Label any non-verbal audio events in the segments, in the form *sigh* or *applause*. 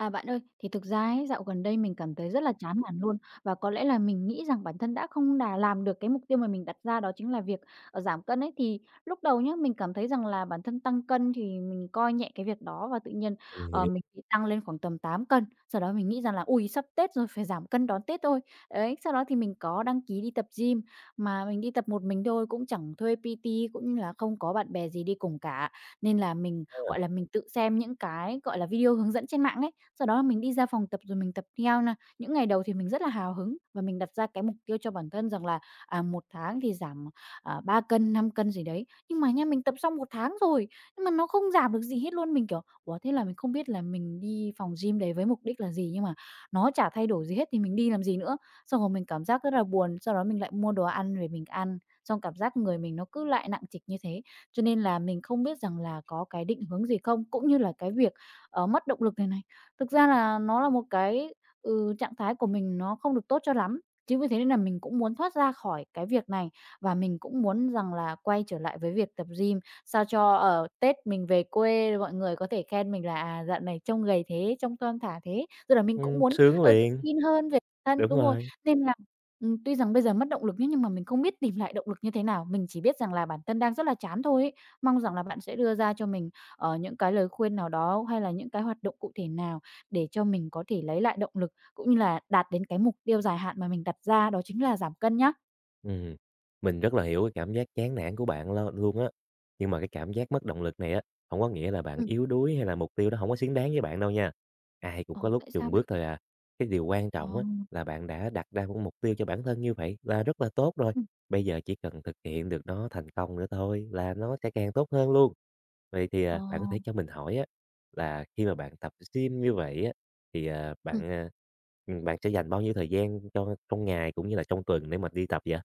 À, bạn ơi, thì thực ra ấy, dạo gần đây mình cảm thấy rất là chán nản luôn và có lẽ là mình nghĩ rằng bản thân đã không đà làm được cái mục tiêu mà mình đặt ra đó chính là việc, giảm cân ấy. Thì lúc đầu nhá, mình cảm thấy rằng là bản thân tăng cân thì mình coi nhẹ cái việc đó và tự nhiên, Mình hiểu. mình bị tăng lên khoảng tầm 8 cân. Sau đó mình nghĩ rằng là "Ôi, sắp Tết rồi, phải giảm cân đón Tết thôi." Đấy, sau đó thì mình có đăng ký đi tập gym, mà mình đi tập một mình thôi, cũng chẳng thuê PT cũng như là không có bạn bè gì đi cùng cả, nên là mình mình tự xem những cái, gọi là, video hướng dẫn trên mạng ấy, sau đó là mình đi ra phòng tập rồi mình tập theo nè. Những ngày đầu thì mình rất là hào hứng và mình đặt ra cái mục tiêu cho bản thân rằng là, 1 tháng thì giảm, 3 cân, 5 cân gì đấy. Nhưng mà nha, mình tập xong 1 tháng rồi, nhưng mà nó không giảm được gì hết luôn. Mình, kiểu, ủa, thế là mình không biết là mình đi phòng gym đấy với mục đích là gì, nhưng mà nó chả thay đổi gì hết thì mình đi làm gì nữa. Xong rồi mình cảm giác rất là buồn, sau đó mình lại mua đồ ăn về mình ăn, xong cảm giác người mình nó cứ lại nặng trịch như thế. Cho nên là mình không biết rằng là có cái định hướng gì không? Cũng như là cái việc, mất động lực này này, thực ra là nó là một cái, trạng thái của mình nó không được tốt cho lắm. Chính vì thế nên là mình cũng muốn thoát ra khỏi cái việc này và mình cũng muốn rằng là quay trở lại với việc tập gym, sao cho, ở Tết mình về quê mọi người có thể khen mình là "À, dạo này trông gầy thế, trông thon thả thế." Rồi là mình cũng muốn, Sướng tự liền, tin hơn về bản thân, đúng đúng rồi, rồi. nên là tuy rằng bây giờ mất động lực nhé nhưng mà mình không biết tìm lại động lực như thế nào. Mình chỉ biết rằng là bản thân đang rất là chán thôi ấy. Mong rằng là bạn sẽ đưa ra cho mình, ở những cái lời khuyên nào đó hay là những cái hoạt động cụ thể nào để cho mình có thể lấy lại động lực, cũng như là đạt đến cái mục tiêu dài hạn mà mình đặt ra, đó chính là giảm cân nhá. Ừm, mình rất là hiểu cái cảm giác chán nản của bạn lo luôn á. Nhưng mà cái cảm giác mất động lực này á, không có nghĩa là bạn Ừm. yếu đuối hay là mục tiêu đó không có xứng đáng với bạn đâu nha. Ai cũng có Ờ, lúc Tại chùn sao bước vậy? thôi à. Cái điều quan Ờ. trọng á, là bạn đã đặt ra một mục tiêu cho bản thân như vậy là rất là tốt rồi. Ừm. Bây giờ chỉ cần thực hiện được nó thành công nữa thôi là nó sẽ càng tốt hơn luôn. Vậy thì, Ờ. Bạn có thể cho mình hỏi á, là khi mà bạn tập gym như vậy á, thì, Ừm. Bạn sẽ dành bao nhiêu thời gian cho trong ngày cũng như là trong tuần để mà đi tập vậy?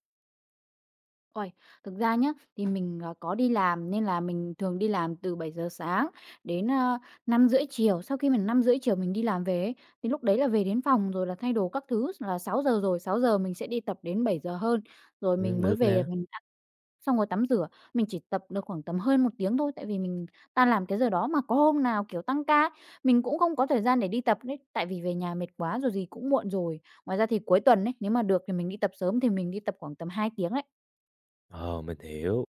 Ôi, thực ra nhá, thì mình, có đi làm nên là mình thường đi làm từ 7 giờ sáng đến, 5 rưỡi chiều. Sau khi mình 5 rưỡi chiều mình đi làm về ấy, thì lúc đấy là về đến phòng rồi là thay đồ các thứ là 6 giờ rồi, 6 giờ mình sẽ đi tập đến 7 giờ hơn, rồi mình Được mới về nè. mình ăn xong rồi tắm rửa. Mình chỉ tập được khoảng tầm hơn 1 tiếng thôi, tại vì mình tan làm cái giờ đó, mà có hôm nào, kiểu, tăng ca ấy, mình cũng không có thời gian để đi tập đấy, tại vì về nhà mệt quá rồi gì cũng muộn rồi. Ngoài ra thì cuối tuần ấy, nếu mà được thì mình đi tập sớm thì mình đi tập khoảng tầm 2 tiếng đấy. Ờ, mình hiểu.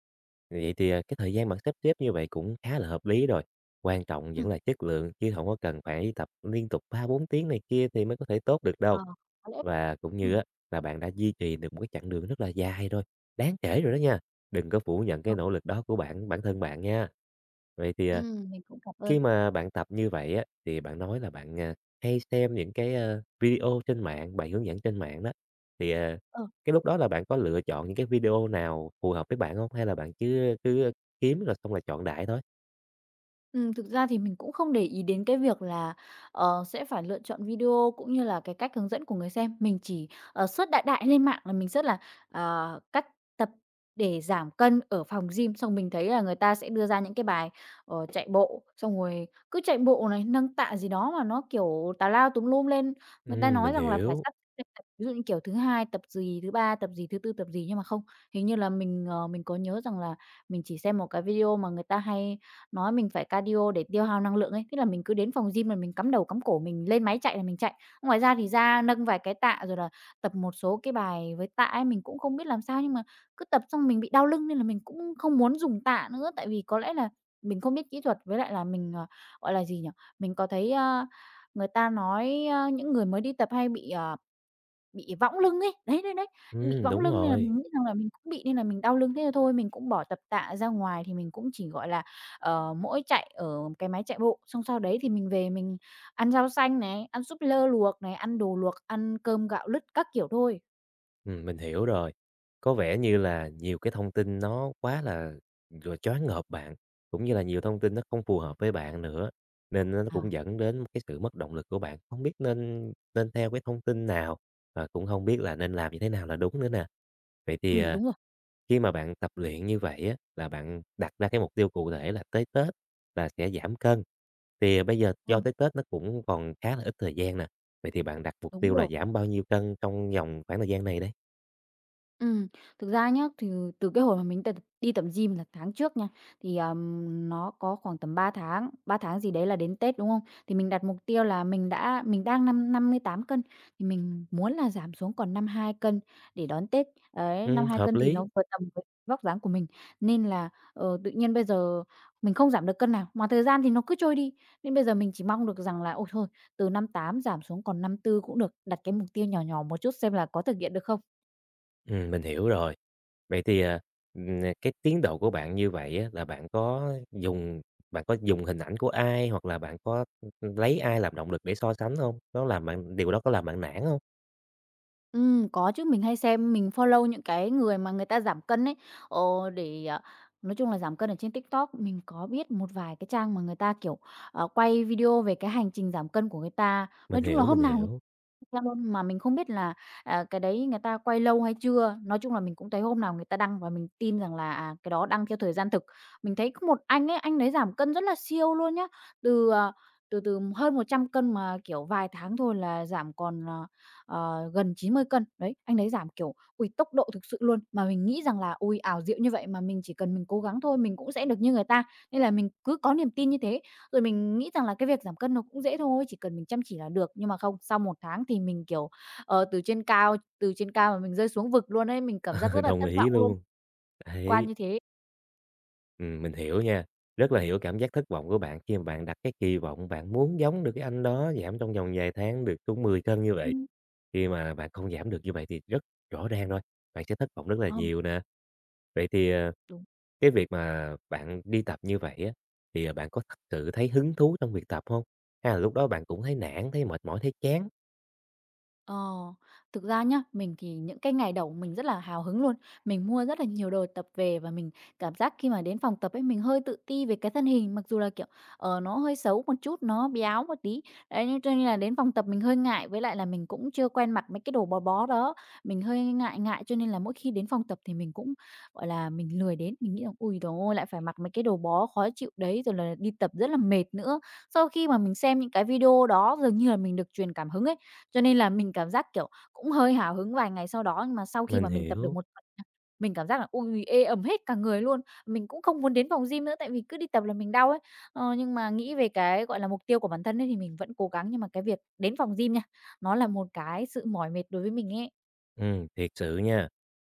Vậy thì, cái thời gian bạn sắp xếp như vậy cũng khá là hợp lý rồi. Quan trọng vẫn Ừm. là chất lượng, chứ không có cần phải tập liên tục 3 4 tiếng này kia thì mới có thể tốt được đâu. Ờ, có lẽ vậy. Và cũng như Ừm. á, là bạn đã duy trì được một cái chặng đường rất là dài rồi, đáng kể rồi đó nha. Đừng có phủ nhận Ờ. cái nỗ lực đó của bạn bản thân bạn nha. Vậy thì, Mình cũng cảm khi ơn. mà bạn tập như vậy á, thì bạn nói là bạn, hay xem những cái, video trên mạng, bài hướng dẫn trên mạng đó, thì, à, Ờ. Cái lúc đó là bạn có lựa chọn những cái video nào phù hợp với bạn hông? Hay là bạn cứ cứ kiếm rồi xong là chọn đại thôi? Thực ra thì mình cũng không để ý đến cái việc là, sẽ phải lựa chọn video cũng như là cái cách hướng dẫn của người xem. Mình chỉ, search đại đại lên mạng là mình search là, "Cách tập để giảm cân ở phòng gym", xong mình thấy là người ta sẽ đưa ra những cái bài, chạy bộ, xong rồi cứ chạy bộ này, nâng tạ gì đó mà nó, kiểu, tào lao tùm lum lên. Người ta nói Mình rằng là phải hiểu. sắp xếp tập, ví dụ như kiểu thứ Hai tập gì, thứ Ba tập gì, thứ Tư tập gì, nhưng mà không, hình như là mình có nhớ rằng là mình chỉ xem một cái video mà người ta hay nói mình phải cardio để tiêu hao năng lượng ấy, tức là mình cứ đến phòng gym là mình cắm đầu cắm cổ, mình lên máy chạy là mình chạy. Ngoài ra thì ra nâng vài cái tạ rồi là tập một số cái bài với tạ ấy, mình cũng không biết làm sao nhưng mà cứ tập xong mình bị đau lưng nên là mình cũng không muốn dùng tạ nữa, tại vì có lẽ là mình không biết kỹ thuật với lại là mình, gọi là gì nhỉ? Mình có thấy, người ta nói, những người mới đi tập hay bị võng lưng ấy, đấy, đấy, đấy, bị võng Đúng lưng nên là rồi. mình nghĩ rằng là mình cũng bị nên là mình đau lưng, thế là thôi mình cũng bỏ tập tạ ra ngoài thì mình cũng chỉ, gọi là, mỗi chạy ở cái máy chạy bộ, xong sau đấy thì mình về mình ăn rau xanh này, ăn súp lơ luộc này, ăn đồ luộc, ăn cơm gạo lứt các kiểu thôi. Mình hiểu rồi. Có vẻ như là nhiều cái thông tin nó quá là, rồi choáng ngợp bạn, cũng như là nhiều thông tin nó không phù hợp với bạn nữa, nên nó À. cũng dẫn đến một cái sự mất động lực của bạn, không biết nên nên theo cái thông tin nào, và cũng không biết là nên làm như thế nào là đúng nữa nè. Vậy thì, Ừm, đúng rồi. khi mà bạn tập luyện như vậy á, là bạn đặt ra cái mục tiêu cụ thể là tới Tết là sẽ giảm cân, thì bây giờ do Ừm, tới Tết nó cũng còn khá là ít thời gian nè, vậy thì bạn đặt mục đúng tiêu là rồi. giảm bao nhiêu cân trong vòng khoảng thời gian này đấy. Ừm, thực ra nhá, thì từ cái hồi mà mình đi tập gym là tháng trước nha, thì, nó có khoảng tầm 3 tháng, 3 tháng gì đấy là đến Tết, đúng không? Thì mình đặt mục tiêu là mình đang năm 58 cân, thì mình muốn là giảm xuống còn 52 cân để đón Tết. Đấy, năm mươi hai Hợp cân thì lý. nó vừa tầm với vóc dáng của mình, nên là, tự nhiên bây giờ mình không giảm được cân nào, mà thời gian thì nó cứ trôi đi. Nên bây giờ mình chỉ mong được rằng là, ôi, thôi, từ 58 giảm xuống còn 54 cũng được, đặt cái mục tiêu nhỏ nhỏ một chút xem là có thực hiện được không? Mình hiểu rồi. Vậy thì, cái tiến độ của bạn như vậy á, là bạn có dùng hình ảnh của ai hoặc là bạn có, lấy ai làm động lực để so sánh không? Nó làm bạn điều đó có làm bạn nản không? Có chứ, mình hay xem mình follow những cái người mà người ta giảm cân ấy, để, nói chung là giảm cân ở trên TikTok. Mình có biết một vài cái trang mà người ta, kiểu, quay video về cái hành trình giảm cân của người ta. Mình Nói chung là hiểu, mình hôm nào hiểu. theo luôn, mà mình không biết là, cái đấy người ta quay lâu hay chưa. Nói chung là mình cũng thấy hôm nào người ta đăng và mình tin rằng là, cái đó đăng theo thời gian thực. Mình thấy có một anh ấy giảm cân rất là siêu luôn nhá, từ, ờ, từ từ hơn 100 cân mà, kiểu, vài tháng thôi là giảm còn, gần 90 cân. Đấy, anh ấy giảm, kiểu, ui tốc độ thực sự luôn. Mà mình nghĩ rằng là, ui ảo diệu như vậy mà mình chỉ cần mình cố gắng thôi, mình cũng sẽ được như người ta, nên là mình cứ có niềm tin như thế. Rồi mình nghĩ rằng là cái việc giảm cân nó cũng dễ thôi, chỉ cần mình chăm chỉ là được, nhưng mà không, sau 1 tháng thì mình, kiểu, từ trên cao mà mình rơi xuống vực luôn ấy, mình cảm giác *laughs* rất là Đồng thất ý vọng luôn, luôn. quan Đấy. như thế. Mình hiểu nha, rất là hiểu cảm giác thất vọng của bạn khi mà bạn đặt cái kỳ vọng bạn muốn giống được cái anh đó giảm trong vòng vài tháng được xuống 10 cân như vậy. Ừm. Khi mà bạn không giảm được như vậy thì rất rõ ràng thôi, bạn sẽ thất vọng rất là Ờ, nhiều nè. Vậy thì, đúng. cái việc mà bạn đi tập như vậy á, thì, bạn có thật sự thấy hứng thú trong việc tập không? Hay là lúc đó bạn cũng thấy nản, thấy mệt mỏi, thấy chán? Ờ, thực ra nhá, mình thì những cái ngày đầu mình rất là hào hứng luôn. Mình mua rất là nhiều đồ tập về và mình cảm giác khi mà đến phòng tập ấy mình hơi tự ti về cái thân hình, mặc dù là, kiểu, nó hơi xấu một chút, nó béo một tí. Đấy, nên cho nên là đến phòng tập mình hơi ngại, với lại là mình cũng chưa quen mặc mấy cái đồ bó bó đó, mình hơi ngại ngại cho nên là mỗi khi đến phòng tập thì mình cũng, gọi là, mình lười đến. Mình nghĩ là ui đồ ơi, lại phải mặc mấy cái đồ bó khó chịu đấy, rồi là đi tập rất là mệt nữa." Sau khi mà mình xem những cái video đó dường như là mình được truyền cảm hứng ấy, cho nên là mình cảm giác, kiểu, cũng hơi hào hứng vài ngày sau đó, nhưng mà sau khi Mình mà mình tập được hiểu, một tuần nha, mình cảm giác là ôi, ê ẩm hết cả người luôn. Mình cũng không muốn đến phòng gym nữa, tại vì cứ đi tập là mình đau ấy. Nhưng mà nghĩ về cái, gọi là, mục tiêu của bản thân ấy thì mình vẫn cố gắng, nhưng mà cái việc đến phòng gym nha, nó là một cái sự mỏi mệt đối với mình ấy. Thiệt sự nha.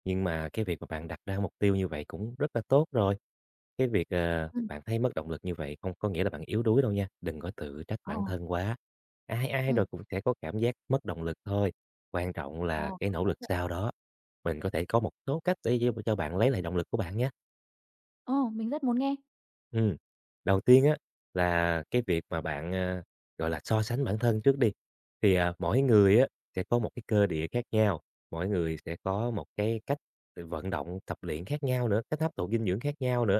Nhưng mà cái việc mà bạn đặt ra mục tiêu như vậy cũng rất là tốt rồi. Cái việc, Ừm. bạn thấy mất động lực như vậy không có nghĩa là bạn yếu đuối đâu nha, đừng có tự trách ờ, bản thân quá. Ai ai ừm. rồi cũng sẽ có cảm giác mất động lực thôi, quan trọng Ờ, là cái có nỗ lẽ lực vậy. sau đó. Mình có thể có một số cách để cho bạn lấy lại động lực của bạn nhé. Ờ, mình rất muốn nghe. Ừm, đầu tiên á là cái việc mà bạn, gọi là, so sánh bản thân trước đi, thì, mỗi người á sẽ có một cái cơ địa khác nhau, mỗi người sẽ có một cái cách tự vận động, tập luyện khác nhau nữa, cách hấp thụ dinh dưỡng khác nhau nữa.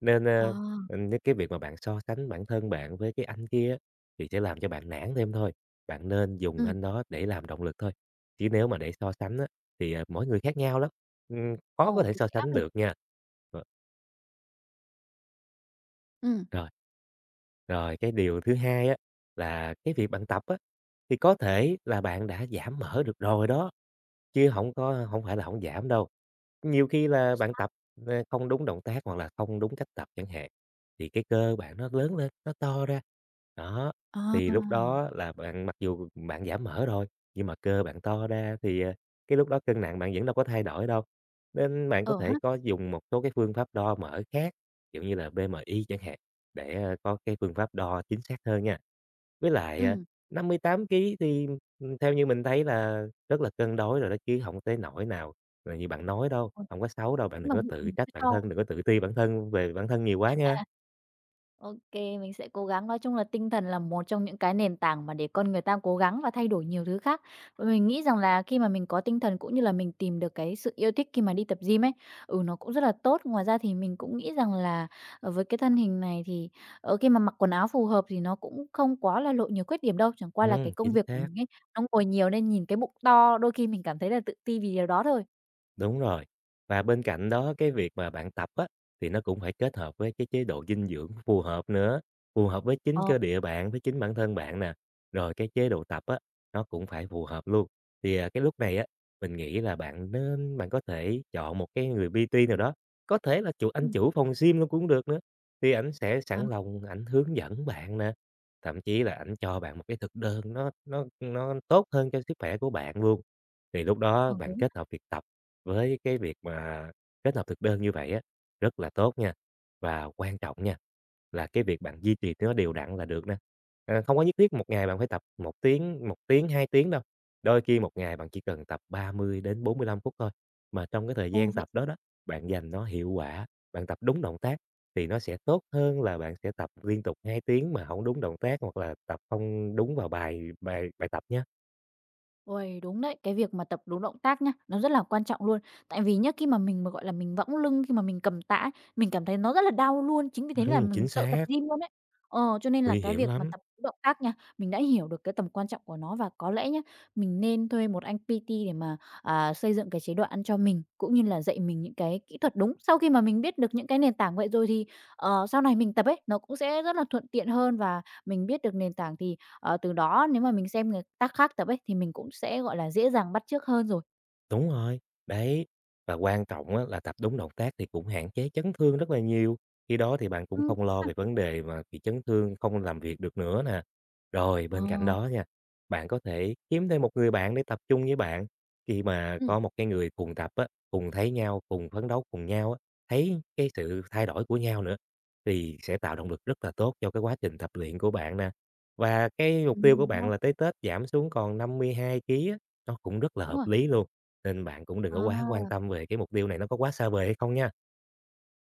Nên, Ờ, cái việc mà bạn so sánh bản thân bạn với cái anh kia á thì sẽ làm cho bạn nản thêm thôi, bạn nên dùng ừm, anh đó để làm động lực thôi. Chứ nếu mà để so sánh á thì, mỗi người khác nhau lắm, khó có Ồ, thể thì so sẽ áp sánh lực. được nha. Ờ. Ừm. Rồi. Rồi cái điều thứ hai á, là cái việc bạn tập á, thì có thể là bạn đã giảm mỡ được rồi đó, chứ không có không phải là không giảm đâu. Nhiều khi là Thật bạn sao? tập, không đúng động tác hoặc là không đúng cách tập chẳng hạn, thì cái cơ bạn nó lớn lên, nó to ra. Đó, Ờ. thì lúc đó là bạn mặc dù bạn giảm mỡ rồi, nhưng mà cơ bạn to ra thì, cái lúc đó cân nặng bạn vẫn đâu có thay đổi đâu. Nên bạn có Ờ thể ha. có dùng một số cái phương pháp đo mỡ khác, kiểu như là BMI chẳng hạn, để, có cái phương pháp đo chính xác hơn nha. Với lại, ừm, 58 ký thì, theo như mình thấy là rất là cân đối rồi đó, chứ hổng tới nỗi nào là như bạn nói đâu, ờ, không có xấu đâu, bạn nhưng đừng mà có bụng tự mình trách cứ bản to. thân, đừng có tự ti bản thân về bản thân nhiều quá nha. À. OK, mình sẽ cố gắng. Nói chung là tinh thần là một trong những cái nền tảng mà để con người ta cố gắng và thay đổi nhiều thứ khác. Và mình nghĩ rằng là khi mà mình có tinh thần cũng như là mình tìm được cái sự yêu thích khi mà đi tập gym ấy, ừ, nó cũng rất là tốt. Ngoài ra thì mình cũng nghĩ rằng là, với cái thân hình này thì, ở khi mà mặc quần áo phù hợp thì nó cũng không quá là lộ nhiều khuyết điểm đâu, chẳng qua là cái công Chính việc của xác. mình ấy, nó ngồi nhiều nên nhìn cái bụng to, đôi khi mình cảm thấy là tự ti vì điều đó thôi. Đúng rồi. Và bên cạnh đó cái việc mà bạn tập á, thì nó cũng phải kết hợp với cái chế độ dinh dưỡng phù hợp nữa, phù hợp với chính Ờ. cơ địa bạn, với chính bản thân bạn nè. Rồi cái chế độ tập á, nó cũng phải phù hợp luôn. Thì, cái lúc này á, mình nghĩ là bạn có thể chọn một cái người PT nào đó, có thể là anh ừm, chủ phòng gym luôn cũng được nữa, thì ảnh sẽ à, sẵn lòng ảnh hướng dẫn bạn nè, thậm chí là ảnh cho bạn một cái thực đơn nó tốt hơn cho sức khỏe của bạn luôn. Thì lúc đó ờ, bạn đúng. kết hợp việc tập với cái việc mà kết hợp thực đơn như vậy á, rất là tốt nha. Và quan trọng nha, là cái việc bạn duy trì nó đều đặn là được nè. Không có nhất thiết một ngày bạn phải tập 1 tiếng, 1 tiếng, 2 tiếng đâu. Đôi khi một ngày bạn chỉ cần tập 30 đến 45 phút thôi. Mà trong cái thời Ồ, gian vậy. tập đó đó, bạn dành nó hiệu quả, bạn tập đúng động tác thì nó sẽ tốt hơn là bạn sẽ tập liên tục 2 tiếng mà không đúng động tác hoặc là tập không đúng vào bài bài bài tập nhá. Uầy, đúng đấy, cái việc mà tập đúng động tác nhá, nó rất là quan trọng luôn. Tại vì nhá, khi mà mình mà, gọi là, mình võng lưng, khi mà mình cầm tạ ấy, mình cảm thấy nó rất là đau luôn, chính vì thế nên là mình Chính sợ tập xác, gym luôn đấy. Ờ, cho nên là nguy cái hiểm việc mà lắm. tập đúng động tác nha, mình đã hiểu được cái tầm quan trọng của nó và có lẽ nhá, mình nên thuê một anh PT để mà, xây dựng cái chế độ ăn cho mình, cũng như là dạy mình những cái kỹ thuật đúng. Sau khi mà mình biết được những cái nền tảng vậy rồi thì, sau này mình tập ấy, nó cũng sẽ rất là thuận tiện hơn và mình biết được nền tảng thì Ờ, từ đó nếu mà mình xem người ta khác tập ấy, thì mình cũng sẽ, gọi là, dễ dàng bắt chước hơn rồi. Đúng rồi, đấy. Và quan trọng á, là tập đúng động tác thì cũng hạn chế chấn thương rất là nhiều. Khi đó thì bạn cũng Đúng không lo rồi. về vấn đề mà bị chấn thương, không làm việc được nữa nè. Rồi Ờ. bên cạnh đó nha, bạn có thể kiếm thêm một người bạn để tập trung với bạn. Khi mà Ừm. có một cái người cùng tập á, cùng thấy nhau, cùng phấn đấu cùng nhau á, thấy cái sự thay đổi của nhau nữa thì sẽ tạo động lực rất là tốt cho cái quá trình tập luyện của bạn nè. Và cái mục tiêu của Ừm, ha, bạn là tới Tết giảm xuống còn 52 kg á, nó cũng rất là đúng hợp rồi. lý luôn nên bạn cũng đừng có quá quan À. tâm về cái mục tiêu này nó có quá xa vời hay không nha.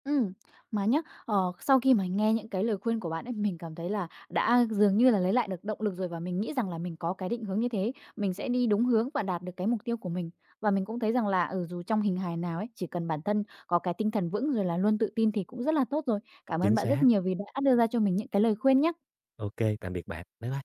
ừm, mà nhá, sau khi mà nghe những cái lời khuyên của bạn ấy, mình cảm thấy là đã dường như là lấy lại được động lực rồi và mình nghĩ rằng là mình có cái định hướng như thế, mình sẽ đi đúng hướng và đạt được cái mục tiêu của mình. Và mình cũng thấy rằng là, ừ, dù trong hình hài nào ấy, chỉ cần bản thân có cái tinh thần vững rồi là luôn tự tin thì cũng rất là tốt rồi. Cảm ơn Chính bạn rất xác. nhiều vì đã đưa ra cho mình những cái lời khuyên nhá. OK, tạm biệt bạn. Bye bye.